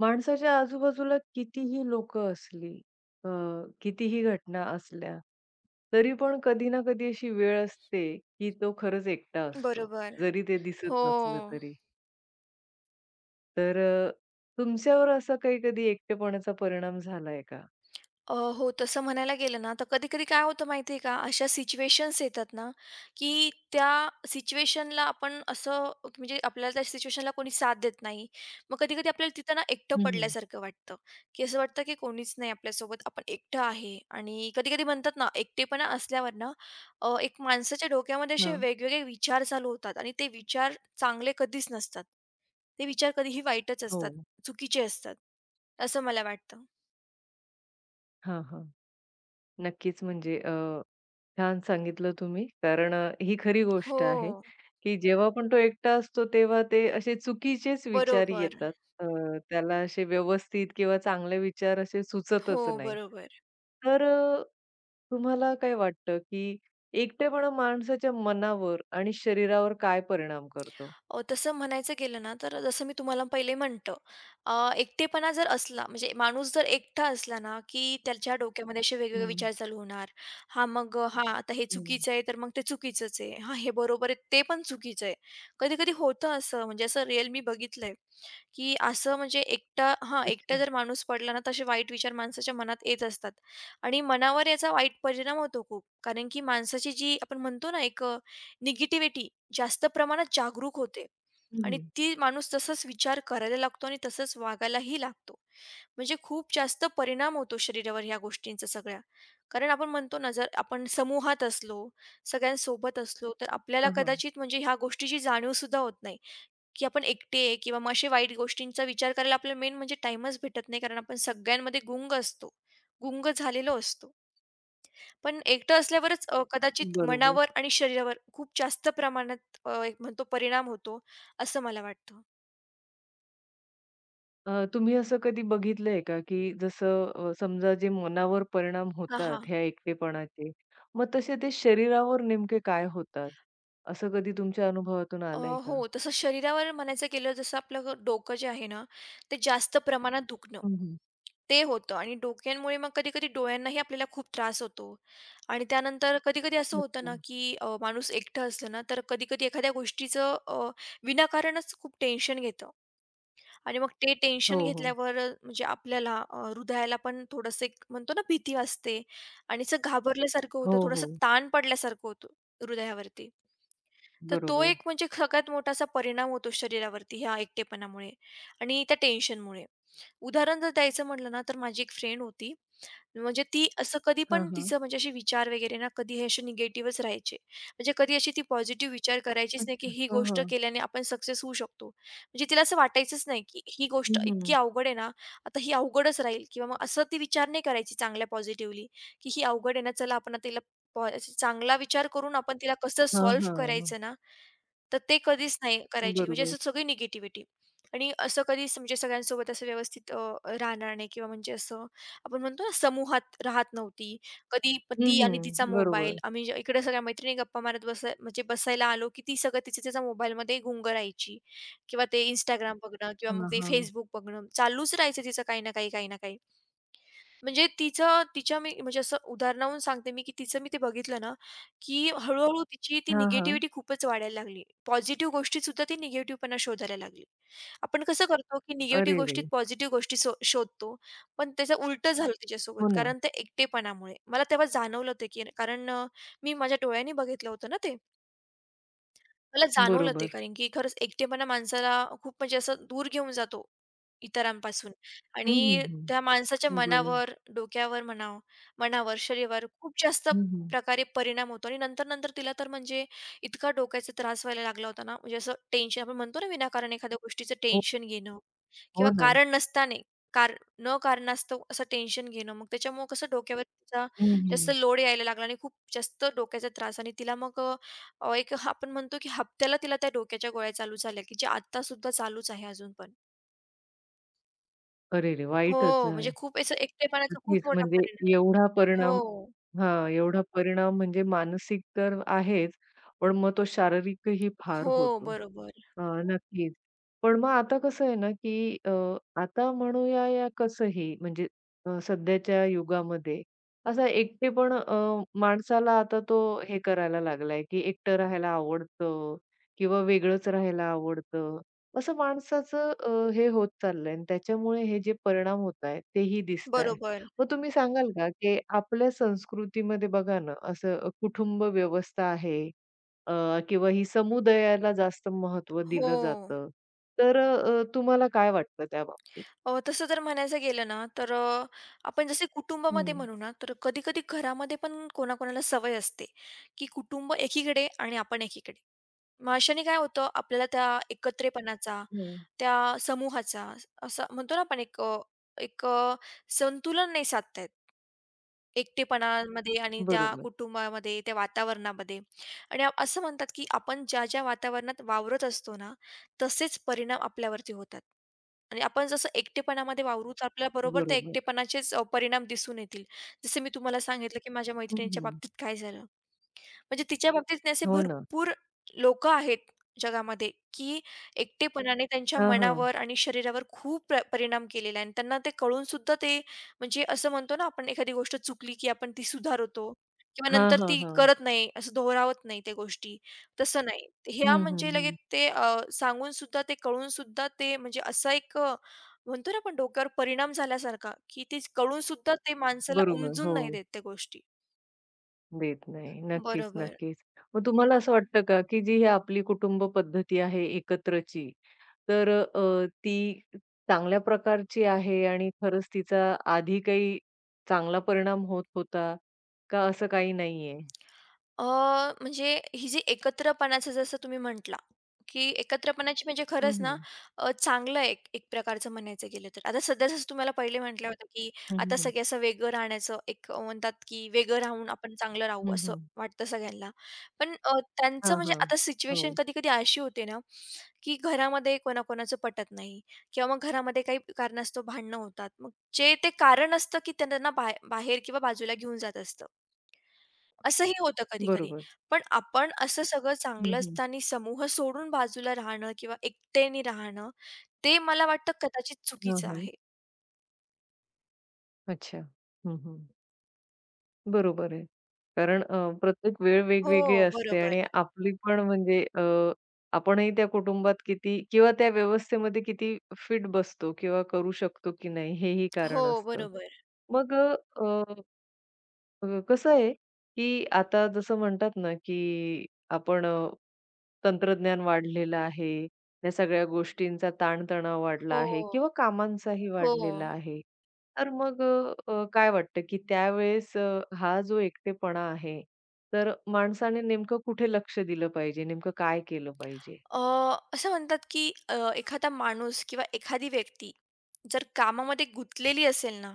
माणसाच्या आजूबाजूला कितीही लोक असली, अ, कितीही घटना असल्या, तरी पण कधी ना कधी अशी वेळ असते, की तो खरंच एकटा असतो, बरोबर. जरी ते हो. दिसत हो. नसलं तरी. तर तुमच्यावर असा काही कधी एकटेपणाचा परिणाम झालाय का? हो, तसं म्हणायला गेलं ना, तर कधी-कधी काय होतं माहिती का, अशा सिच्युएशन्स येतात ना, की त्या सिच्युएशनला आपण असं म्हणजे आपल्याला त्या सिच्युएशनला कोणी साथ देत नाही. मग कधी-कधी आपल्याला तिथं ना एकटं हं, हं. पडल्यासारखं वाटतं, की असं वाटतं की कोणीच नाही आपल्यासोबत, आपण एकटं आहे आणि कधी-कधी म्हणतात ना, एकटेपणा असल्यावर ना, एक माणसाच्या डोक्यामध्ये असे हां. वेगवेगळे विचार चालू होतात आणि ते विचार चांगले कधीच नसतात. ते विचार कधीही वाईटच हो. असतात, चुकीचे असतात, असं मला वाटतं. हां, हां. नक्कीच म्हणजे छान सांगितलं तुम्ही. कारण ही खरी हो. गोष्ट आहे, की जेव्हा पण तो एकटा असतो तेव्हा ते असे चुकीचेच विचार बरोबर. येतात. अ, त्याला असे व्यवस्थित किंवा चांगले विचार असे सुचतच हो, नाही. बरोबर. तर तुम्हाला काय वाटतं, की एकटेपणा माणसाच्या मनावर आणि शरीरावर काय परिणाम करतो? तसं म्हणायचं गेलं ना, तर जसं मी तुम्हाला पहिले म्हटलं, एकटेपणा जर असला, म्हणजे माणूस जर एकटा असला ना, की त्याच्या डोक्यामध्ये असे वेगवेगळे हं, विचार चालू होणार. हां, मग हां, आता हे हं. चुकीचं आहे, तर मग ते चुकीचंच आहे. हां, हे बरोबर आहे, ते पण चुकीचं आहे. कधी-कधी होतं असं, म्हणजे असं रिअल मी बघितलंय, की असं म्हणजे एकटा हां, एकटा अच्छा. जर माणूस पडला ना, तर असे वाईट विचार माणसाच्या मनात येत असतात आणि मनावर याचा वाईट परिणाम होतो खूप. कारण की माणसाची जी आपण म्हणतो ना, एक निगेटिव्हिटी जास्त प्रमाणात जागरूक होते हं, आणि हं. ती माणूस तसाच विचार करायला लागतो आणि तसंच वागायलाही लागतो. म्हणजे खूप जास्त परिणाम होतो शरीरावर ह्या गोष्टींचा सगळ्या. कारण आपण म्हणतो ना, जर आपण समूहात असलो, सगळ्यांसोबत असलो, तर आपल्याला हां, कदाचित म्हणजे ह्या गोष्टीची जाणीवसुद्धा होत नाही, की आपण एकटे आहे किंवा मग अशा वाईट गोष्टींचा विचार करायला आपल्याला मेन म्हणजे टाईमच भेटत नाही कारण आपण सगळ्यांमध्ये गुंग असतो, गुंग झालेलो असतो. पण एकटं असल्यावरच कदाचित बरोबर. मनावर आणि शरीरावर खूप जास्त प्रमाणात एक म्हणतो परिणाम होतो, असं मला वाटतं. तुम्ही असं कधी बघितलंय का, की जसं समजा जे मनावर परिणाम हां, होतात हां. ह्या एकटेपणाचे, मग तसे ते शरीरावर नेमके काय होतात? असं कधी तुमच्या अनुभवातून अ, आलंय का? हो, तसं शरीरावर म्हणायचं गेलं जसं आपलं डोकं जे आहे ना, ते जास्त प्रमाणात दुखणं, हं, हं. ते होतं आणि डोक्यांमुळे मग कधी-कधी डोळ्यांनाही आपल्याला खूप त्रास होतो आणि त्यानंतर कधी-कधी असं होतं ना, अच्छा. की माणूस एकटं असलं ना, तर कधी-कधी एखाद्या गोष्टीचं विनाकारणच खूप टेन्शन घेतं. आणि मग ते हो, टेन्शन हो. घेतल्यावर म्हणजे आपल्याला हृदयाला पण थोडंसं एक म्हणतो ना भीती वाटते आणि असं घाबरल्यासारखं हो, होतं, थोडंसं हो. ताण पडल्यासारखं होतं हृदयावरती. तर तो बरोबर. एक म्हणजे सगळ्यात मोठा असा परिणाम होतो शरीरावरती ह्या एकटेपणामुळे आणि त्या टेन्शनमुळे. उदाहरण जर द्यायचं म्हटलं ना, तर माझी एक फ्रेंड होती. म्हणजे ती असं कधी हां, पण हां. तिचं म्हणजे असे विचार वगैरे ना कधी हे असे निगेटिव्हच राहायचे. म्हणजे कधी अशी ती पॉझिटिव्ह विचार करायचीच नाही, की अच्छा. ही हां, गोष्ट हां. केल्याने आपण सक्सेस होऊ शकतो. म्हणजे तिला असं वाटायचंच नाही, की ही गोष्ट हं, इतकी हं. अवघड आहे ना, आता ही अवघडच राहील किंवा मग असं ती विचार नाही करायची चांगल्या पॉझिटिव्हली, की ही अवघड आहे ना, चला आपण आता तिला असं चांगला विचार करून आपण तिला कसं सॉल्व्ह हां, करायचं ना, तर ते कधीच नाही करायची. म्हणजे बरोबर. असं सगळी निगेटिव्हिटी आणि असं कधीच म्हणजे सगळ्यांसोबत असं व्यवस्थित राहणार नाही किंवा म्हणजे असं आपण म्हणतो ना समूहात राहत नव्हती. ती आणि हं, तिचा मोबाईल बरोबर. आम्ही इकडे सगळ्या मैत्रिणी गप्पा मारत बसायला आलो, की ती सगळं तिच्या तिच्या मोबाईलमध्ये गुंग राहायची किंवा ते Instagram बघणं किंवा मग हां, ते हां. Facebook बघणं चालूच राहायचं तिचं काही ना काही, काही ना काही. म्हणजे तिचं तिच्या मी म्हणजे असं उदाहरणावरून सांगते मी, की तिचं मी ते बघितलं ना, की हळू-हळू तिची ती हां, हां. निगेटिव्हिटी खूपच वाढायला लागली. पॉझिटिव्ह गोष्टीत सुद्धा ती निगेटिव्हपणा शोधायला लागली. आपण कसं करतो, की अरे निगेटिव्ह रे! गोष्टीत पॉझिटिव्ह गोष्टी शोधतो. पण त्याचं उलटं झालं हो तिच्यासोबत ना. कारण त्या एकटेपणामुळे. मला तेव्हा जाणवलं ते, की कारण मी माझ्या डोळ्यांनी बघितलं होतं ना ते. मला जाणवलं ते, बरोबर. कारण की खरंच एकटेपणा माणसाला खूप म्हणजे असं दूर घेऊन जातो इतरांपासून हं, हं, आणि हं. त्या माणसाच्या बरोबर. मनावर, डोक्यावर म्हणावं मनावर, शरीरावर खूप जास्त हं, हं. प्रकारे परिणाम होतो आणि नंतर-नंतर तिला तर म्हणजे इतका डोक्याचा त्रास व्हायला लागला होता ना, म्हणजे असं टेन्शन आपण म्हणतो ना, विनाकारण एखाद्या गोष्टीचं हो, टेन्शन घेणं हो किंवा ना. कारण नसताना कार न कारणास्तव असं टेन्शन घेणं. मग त्याच्यामुळे कसं डोक्यावर तिचा जास्त लोड यायला लागला आणि खूप जास्त डोक्याचा त्रास आणि तिला मग एक आपण म्हणतो की हप्त्याला तिला त्या डोक्याच्या गोळ्या चालू झाल्या, की जे आत्तासुद्धा चालूच आहे अजून पण. अरे रे! वाईटच हो, आहे. म्हणजे खूप असं एकटेपणाचा नक्कीच खूप मोठा म्हणजे परिणाम. एवढा परिणाम हो. हां, एवढा परिणाम म्हणजे मानसिक तर आहेच, पण मग तो शारीरिकही फार हो, होतो. बरोबर. नक्कीच. पण मग आता कसं आहे ना, की आता म्हणूया या कसंही म्हणजे सध्याच्या युगामध्ये असा एकटेपण माणसाला आता तो हे करायला लागलाय, की एकटं राहायला आवडतं किंवा वेगळंच राहायला आवडतं. असं माणसाचं हे होत चाललंय आणि त्याच्यामुळे हे जे परिणाम होत आहेत, तेही दिसताय. बरोबर. मग तुम्ही सांगाल का, की आपल्या संस्कृतीमध्ये बघा ना, असं कुटुंब व्यवस्था आहे किंवा ही समुदायाला जास्त महत्त्व हो. दिलं जातं. तर तुम्हाला काय वाटतं त्या बाबतीत? तसं जर म्हणायचं गेलं ना, तर आपण जसे कुटुंबामध्ये हं, म्हणू ना, तर कधी-कधी घरामध्ये पण कोणाकोणाला सवय असते, की कुटुंब एकीकडे आणि आपण एकीकडे. मग अशाने काय होतं, आपल्याला त्या एकत्रेपणाचा, हो. त्या समूहाचा, असा म्हणतो ना आपण एक संतुलन नाही साधता एकटेपणामध्ये आणि त्या बरोबर, कुटुंबामध्ये, त्या वातावरणामध्ये आणि असं म्हणतात, की आपण ज्या-ज्या वातावरणात वावरत असतो ना, तसेच परिणाम आपल्यावरती होतात. आणि आपण जसं एकटेपणामध्ये वावरू, तर आपल्याला बरोबर त्या बरोबर. एकटेपणाचेच परिणाम दिसून येतील. जसं मी तुम्हाला सांगितलं, की माझ्या हं, मैत्रिणीच्या हं. बाबतीत काय झालं. म्हणजे तिच्या बाबतीत नाही असे हो ना. भरपूर लोकं आहेत जगामध्ये, की एकटेपणाने त्यांच्या हां, हां. मनावर आणि शरीरावर खूप परिणाम केलेला आहे आणि त्यांना ते कळून सुद्धा ते म्हणजे असं म्हणतो ना आपण एखादी गोष्ट चुकली, की आपण ती सुधारतो किंवा हां, नंतर हां, ती हां. करत नाही, असं दोहरावत नाही त्या गोष्टी, तसं नाही. ह्या हं, हं, म्हणजे लगेच हं. ते सांगून सुद्धा ते कळून सुद्धा ते म्हणजे असा एक म्हणतो ना आपण डोक्यावर परिणाम झाल्यासारखा, की ते कळून सुद्धा ते माणसाला बरोबर. उमजून नाही हो. देत त्या गोष्टी. देत नाही. नक्कीच, बरोबर. नक्कीच. मग तुम्हाला असं वाटतं का, की जी ही आपली कुटुंब पद्धती आहे एकत्रची, तर ती चांगल्या प्रकारची आहे आणि खरंच तिचा आधी काही चांगला परिणाम होत होता, का असं काही नाहीये? अ, म्हणजे ही जी एकत्रपणाचं जसं तुम्ही म्हटला, की एकत्रपणाची म्हणजे हं, खरंच ना हं. चांगलं आहे एक एक प्रकारचं म्हणायचं गेलं तर. आता सध्या जसं तुम्हाला पहिले म्हटलं होतं, की हं, आता हं. सगळे असं वेगळं राहण्याचं एक म्हणतात, की वेगळं राहून आपण चांगलं राहू हं, असं हं. वाटतं सगळ्यांना. पण त्यांचं हां, म्हणजे हां. आता हो, सिच्युएशन कधी-कधी अशी होते ना, की घरामध्ये कोणाकोणाचं पटत नाही किंवा मग घरामध्ये काही कारणास्तव भांडणं होतात. मग जे ते कारण असतं, की त्यांना बाहेर किंवा बाजूला घेऊन जात असतं. असंही होतं कधी-कधी. बरोबर. पण आपण असं सगळं हं, चांगलं हं. असताना समूह सोडून बाजूला राहणं किंवा एकट्याने राहणं, ते मला वाटतं कदाचित हां, चुकीचं हां. आहे. अच्छा. हं, हं. बरोबर आहे. कारण प्रत्येक वेळ वेगवेगळी हो, असते आणि बरोबर. आपली पण म्हणजे आपणही त्या कुटुंबात किती किंवा त्या व्यवस्थेमध्ये किती फिट बसतो किंवा करू शकतो की नाही हेही हो, कारण असतं. बरोबर. मग अ, अ, कसं आहे, की आता जसं म्हणतात ना, की आपण तंत्रज्ञान वाढलेलं आहे. या सगळ्या गोष्टींचा ताणतणाव वाढला हो, आहे किंवा कामांचाही हो. वाढलेला आहे. तर मग अ, अ, काय वाटतं, की त्यावेळेस हा जो एकटेपणा आहे, तर माणसाने नेमकं कुठे लक्ष दिलं पाहिजे? नेमकं काय केलं पाहिजे? अ, असं म्हणतात की एखादा माणूस किंवा एखादी व्यक्ती जर कामामध्ये गुंतलेली असेल ना,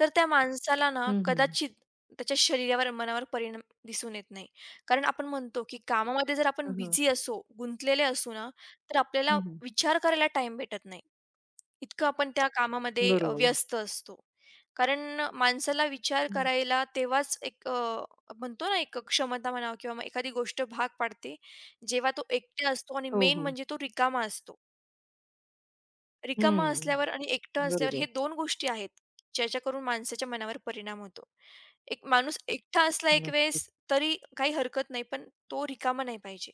तर त्या माणसाला ना हं, हं. कदाचित त्याच्या शरीरावर, मनावर परिणाम दिसून येत नाही. कारण आपण म्हणतो की कामामध्ये जर आपण हं, हं. बिझी असू, गुंतलेले असू ना, तर आपल्याला हं, हं. विचार करायला टाईम भेटत नाही. इतकं आपण त्या कामामध्ये बरोबर. व्यस्त असतो. कारण माणसाला विचार हं. करायला तेव्हाच एक म्हणतो ना, एक क्षमता म्हणावं किंवा मग एखादी गोष्ट भाग पाडते, जेव्हा तो एकटा असतो आणि हो, मेन हो. म्हणजे तो रिकामा असतो. रिकामा हं. असल्यावर आणि एकटा असल्यावर बरोबर. हे 2 गोष्टी आहेत, ज्याच्याकरून माणसाच्या मनावर परिणाम होतो. एक माणूस एकटा असला एक नक्कीच. वेळेस, तरी काही हरकत नाही, पण तो रिकामा नाही पाहिजे.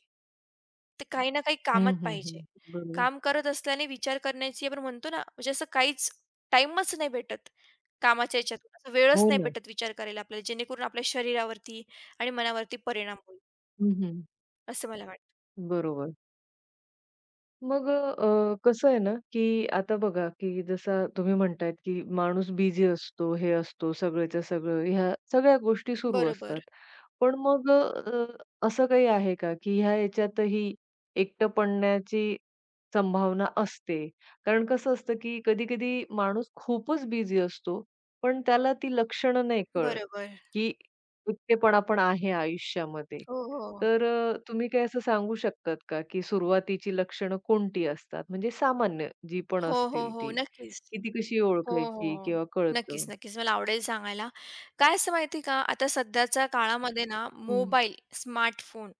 ते काही ना काही कामात हं, हं, पाहिजे. हं. बरोबर. काम करत असल्याने विचार करण्याची आपण म्हणतो ना, म्हणजे असं काहीच टाईमच नाही भेटत कामाच्या ह्याच्यातून. असं वेळच हो नाही ना. भेटत विचार करायला आपल्याला, जेणेकरून आपल्या शरीरावरती आणि मनावरती परिणाम होईल, हं, असं मला वाटतं. बरोबर. मग कसं आहे ना, की आता बघा, की जसा तुम्ही म्हणतायत, की माणूस बिझी असतो, हे असतो, सगळ्याच्या सगळं, ह्या सगळ्या गोष्टी सुरू बरोबर, असतात. पण मग असं काही आहे का, की ह्या याच्यातही एकटं पडण्याची संभावना असते? कारण कसं असतं, की कधी-कधी माणूस खूपच बिझी असतो, पण त्याला ती लक्षणं नाही कळत, बरोबर. की एकटेपणा पण आहे आयुष्यामध्ये. हो, हो. तर तुम्ही काही असं सांगू शकतात का, की सुरुवातीची लक्षणं कोणती असतात? म्हणजे सामान्य जी पण हो, हो, असतील हो. ती, नक्कीच. की ती कशी हो, हो. ओळखायची किंवा नक्कीच, कळतं? नक्कीच. मला आवडेल सांगायला. काय असतं माहिती का, आता सध्याच्या काळामध्ये ना हं. मोबाईल, स्मार्टफोन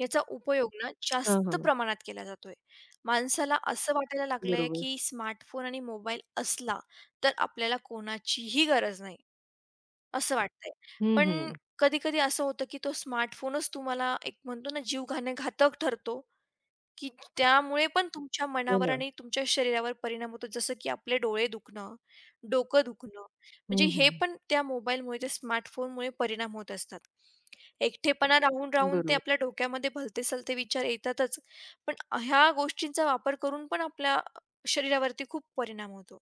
याचा उपयोग ना हां, जास्त हां. प्रमाणात केला जातोय. माणसाला असं वाटायला लागलंय, बरोबर. की स्मार्टफोन आणि मोबाईल असला, तर आपल्याला कोणाचीही गरज नाही, असं वाटतंय. हं, पण हं. कधी-कधी असं होतं, की तो स्मार्टफोनच तुम्हाला एक म्हणतो ना जीवघाणे घातक ठरतो. की त्यामुळे पण तुमच्या हो मनावर ना. आणि तुमच्या शरीरावर परिणाम होतो. जसं की आपले डोळे दुखणं, डोकं दुखणं, हं, म्हणजे हे हं. पण त्या मोबाईलमुळे, त्या स्मार्टफोनमुळे परिणाम होत असतात. एकटेपणा राहून, राहून ते बरोबर. आपल्या डोक्यामध्ये भलते-सलते विचार येतातच. पण ह्या गोष्टींचा वापर करून पण आपल्या शरीरावरती खूप परिणाम होतो.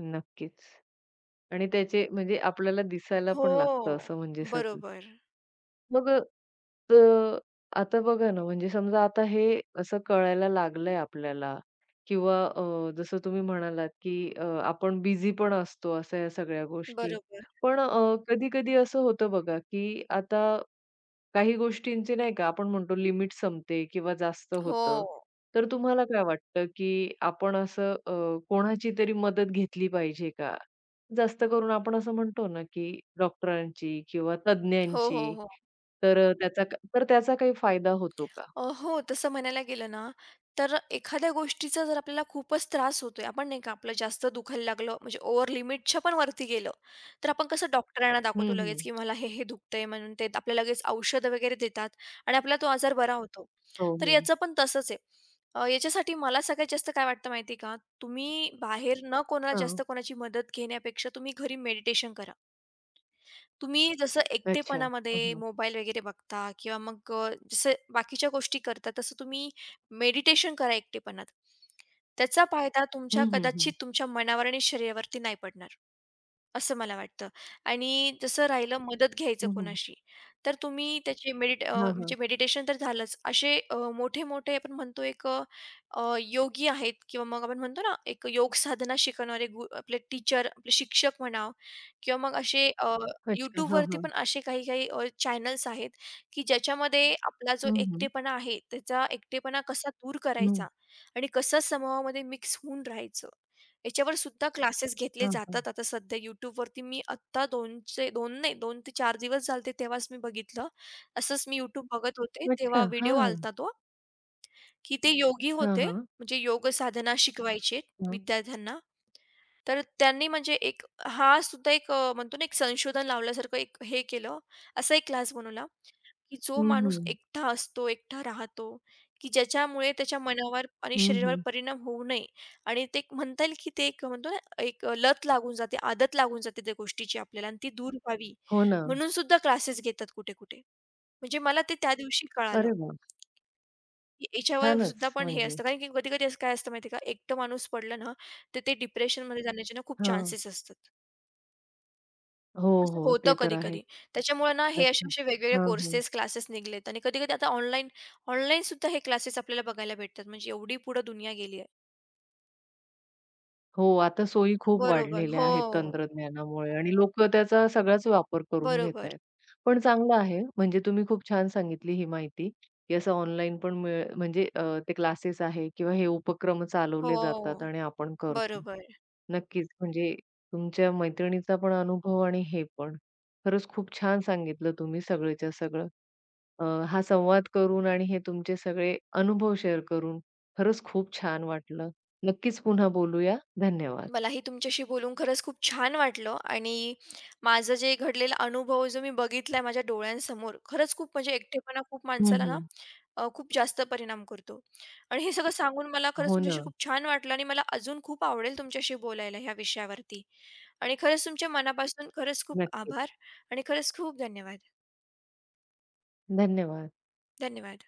नक्कीच. आणि त्याचे म्हणजे आपल्याला दिसायला हो. पण लागतं असं म्हणजे सगळं. बरोबर. मग आता बघा ना, म्हणजे समजा आता हे असं कळायला लागलंय आपल्याला किंवा जसं तुम्ही म्हणालात, की आपण बिझी पण असतो, अशा या सगळ्या गोष्टी. बरोबर. पण कधी-कधी असं होतं बघा, की आता काही गोष्टींची नाही का आपण म्हणतो लिमिट संपते किंवा जास्त होतं. हो. तर तुम्हाला काय वाटतं, की आपण असं कोणाची तरी मदत घेतली पाहिजे का? जास्त करून आपण असं म्हणतो ना, की डॉक्टरांची किंवा हो, हो, तज्ञांची. हो. तर त्याचा क तर त्याचा काही फायदा होतो का? हो, तसं म्हणायला गेलं ना, तर एखाद्या गोष्टीचा जर आपल्याला खूपच त्रास होतोय, आपण नाही का आपलं जास्त दुखायला लागलं, म्हणजे ओव्हर लिमिटच्या पण वरती गेलं, तर आपण कसं डॉक्टरांना दाखवतो हं, लगेच, हं. की मला हे-हे दुखतंय म्हणून ते आपल्याला लगेच औषधं वगैरे देतात आणि आपला तो आजार बरा होतो. हो, तर हो. याचं पण तसंच आहे. याच्यासाठी मला सगळ्यात जास्त काय वाटतं माहिती का? तुम्ही बाहेर न कोणाला हां. जास्त कोणाची मदत घेण्यापेक्षा तुम्ही घरी मेडिटेशन करा. तुम्ही जसं अच्छा. हां, एकटेपणामध्ये हां. मोबाईल वगैरे बघता किंवा मग जसं बाकीच्या गोष्टी करता, तसं तुम्ही मेडिटेशन करा एकटेपणात. त्याचा फायदा तुमच्या हं, हं, कदाचित हं. तुमच्या मनावर आणि शरीरावरती नाही पडणार. असं मला वाटतं. आणि जसं राहिलं मदत घ्यायचं हं, हं. कोणाशी, तर तुम्ही त्याचे हां, हां. म्हणजे मेडिटेशन तर झालंच. असे मोठे-मोठे आपण म्हणतो एक योगी आहेत किंवा मग आपण म्हणतो ना, एक योग साधना शिकवणारे आपले टीचर, आपले शिक्षक म्हणावं किंवा मग असे अच्छा. हां, YouTubeवरती हां. पण असे काही-काही चॅनल्स आहेत, की ज्याच्यामध्ये आपला जो हं, हं. एकटेपणा आहे, त्याचा एकटेपणा कसा दूर हं. करायचा आणि कसं समूहामध्ये मिक्स होऊन राहायचं. याच्यावर सुद्धा क्लासेस घेतले हां, हां. जातात. आता सध्या YouTubeवरती मी आत्ता 2चे 2 नाही 2 ते 4 दिवस झाले होते तेव्हाच मी बघितलं. असंच मी YouTube बघत होते, अच्छा. तेव्हा व्हिडिओ हां. आलता तो. की ते योगी हां, होते, हां. म्हणजे योग साधना शिकवायचे हां. विद्यार्थ्यांना. तर त्यांनी म्हणजे हा सुद्धा एक म्हणतो ना, एक संशोधन लावल्यासारखं एक हे केलं. असा एक क्लास बनवला, की जो हं, माणूस हं. एकटा असतो, एकटा राहतो, की ज्याच्यामुळे त्याच्या मनावर आणि शरीरावर हं, परिणाम होऊ नये आणि ते एक म्हणता येईल, की ते एक म्हणतो ना, एक लत लागून जाते, आदत लागून जाते त्या गोष्टीची आपल्याला आणि ती दूर व्हावी हो ना. म्हणून सुद्धा क्लासेस घेतात कुठे-कुठे. म्हणजे मला ते त्या दिवशी कळालं. अरे वाह! याच्यावर छानच सुद्धा पण हे म्हणजे. असतं कारण की कधी-कधी असं काय असतं माहिती का, एकटं माणूस पडलं ना, तर ते डिप्रेशनमध्ये जाण्याचे ना खूप हां. चान्सेस असतात. हो, असं हो. होतं ते तर कधी-कधी. आहेच. त्याच्यामुळे ना हे नक्कीच. असे-असे वेगवेगळे हां, हां. कोर्सेस, क्लासेस निघालेत आणि कधी-कधी आता ऑनलाईन ऑनलाईन सुद्धा हे क्लासेस आपल्याला बघायला भेटतात. म्हणजे एवढी पुढे दुनिया गेली आहे. हो, आता सोयी खूप बरोबर. वाढलेल्या हो. आहेत तंत्रज्ञानामुळे आणि लोकं त्याचा सगळाच वापर करून घेत बरोबर. पण चांगलं आहे म्हणजे तुम्ही खूप छान सांगितली ही माहिती, की असं ऑनलाईन पण मिळ म्हणजे ते क्लासेस आहे किंवा हे उपक्रम चालवले जातात हो. आणि आपण करतो. बरोबर. नक्कीच म्हणजे तुमच्या मैत्रिणीचा पण अनुभव आणि हे पण. खरंच खूप छान सांगितलं तुम्ही सगळेच्या सगळं. अ, हा संवाद करून आणि हे तुमचे सगळे अनुभव शेअर करून खरंच खूप छान वाटलं. नक्कीच पुन्हा बोलूया. धन्यवाद. मलाही तुमच्याशी बोलून खरंच खूप छान वाटलं आणि माझं जे घडलेला अनुभव जो मी बघितलाय माझ्या डोळ्यांसमोर खरंच खूप म्हणजे एकटेपणा खूप हं, माणसाला ना हं. खूप जास्त परिणाम करतो आणि हे सगळं सांगून मला खरंच हो तुमच्याशी ना. खूप छान वाटलं आणि मला अजून खूप आवडेल तुमच्याशी बोलायला ह्या विषयावरती आणि खरंच तुमच्या मनापासून खरंच खूप नक्कीच. आभार आणि खरंच खूप धन्यवाद धन्यवाद. धन्यवाद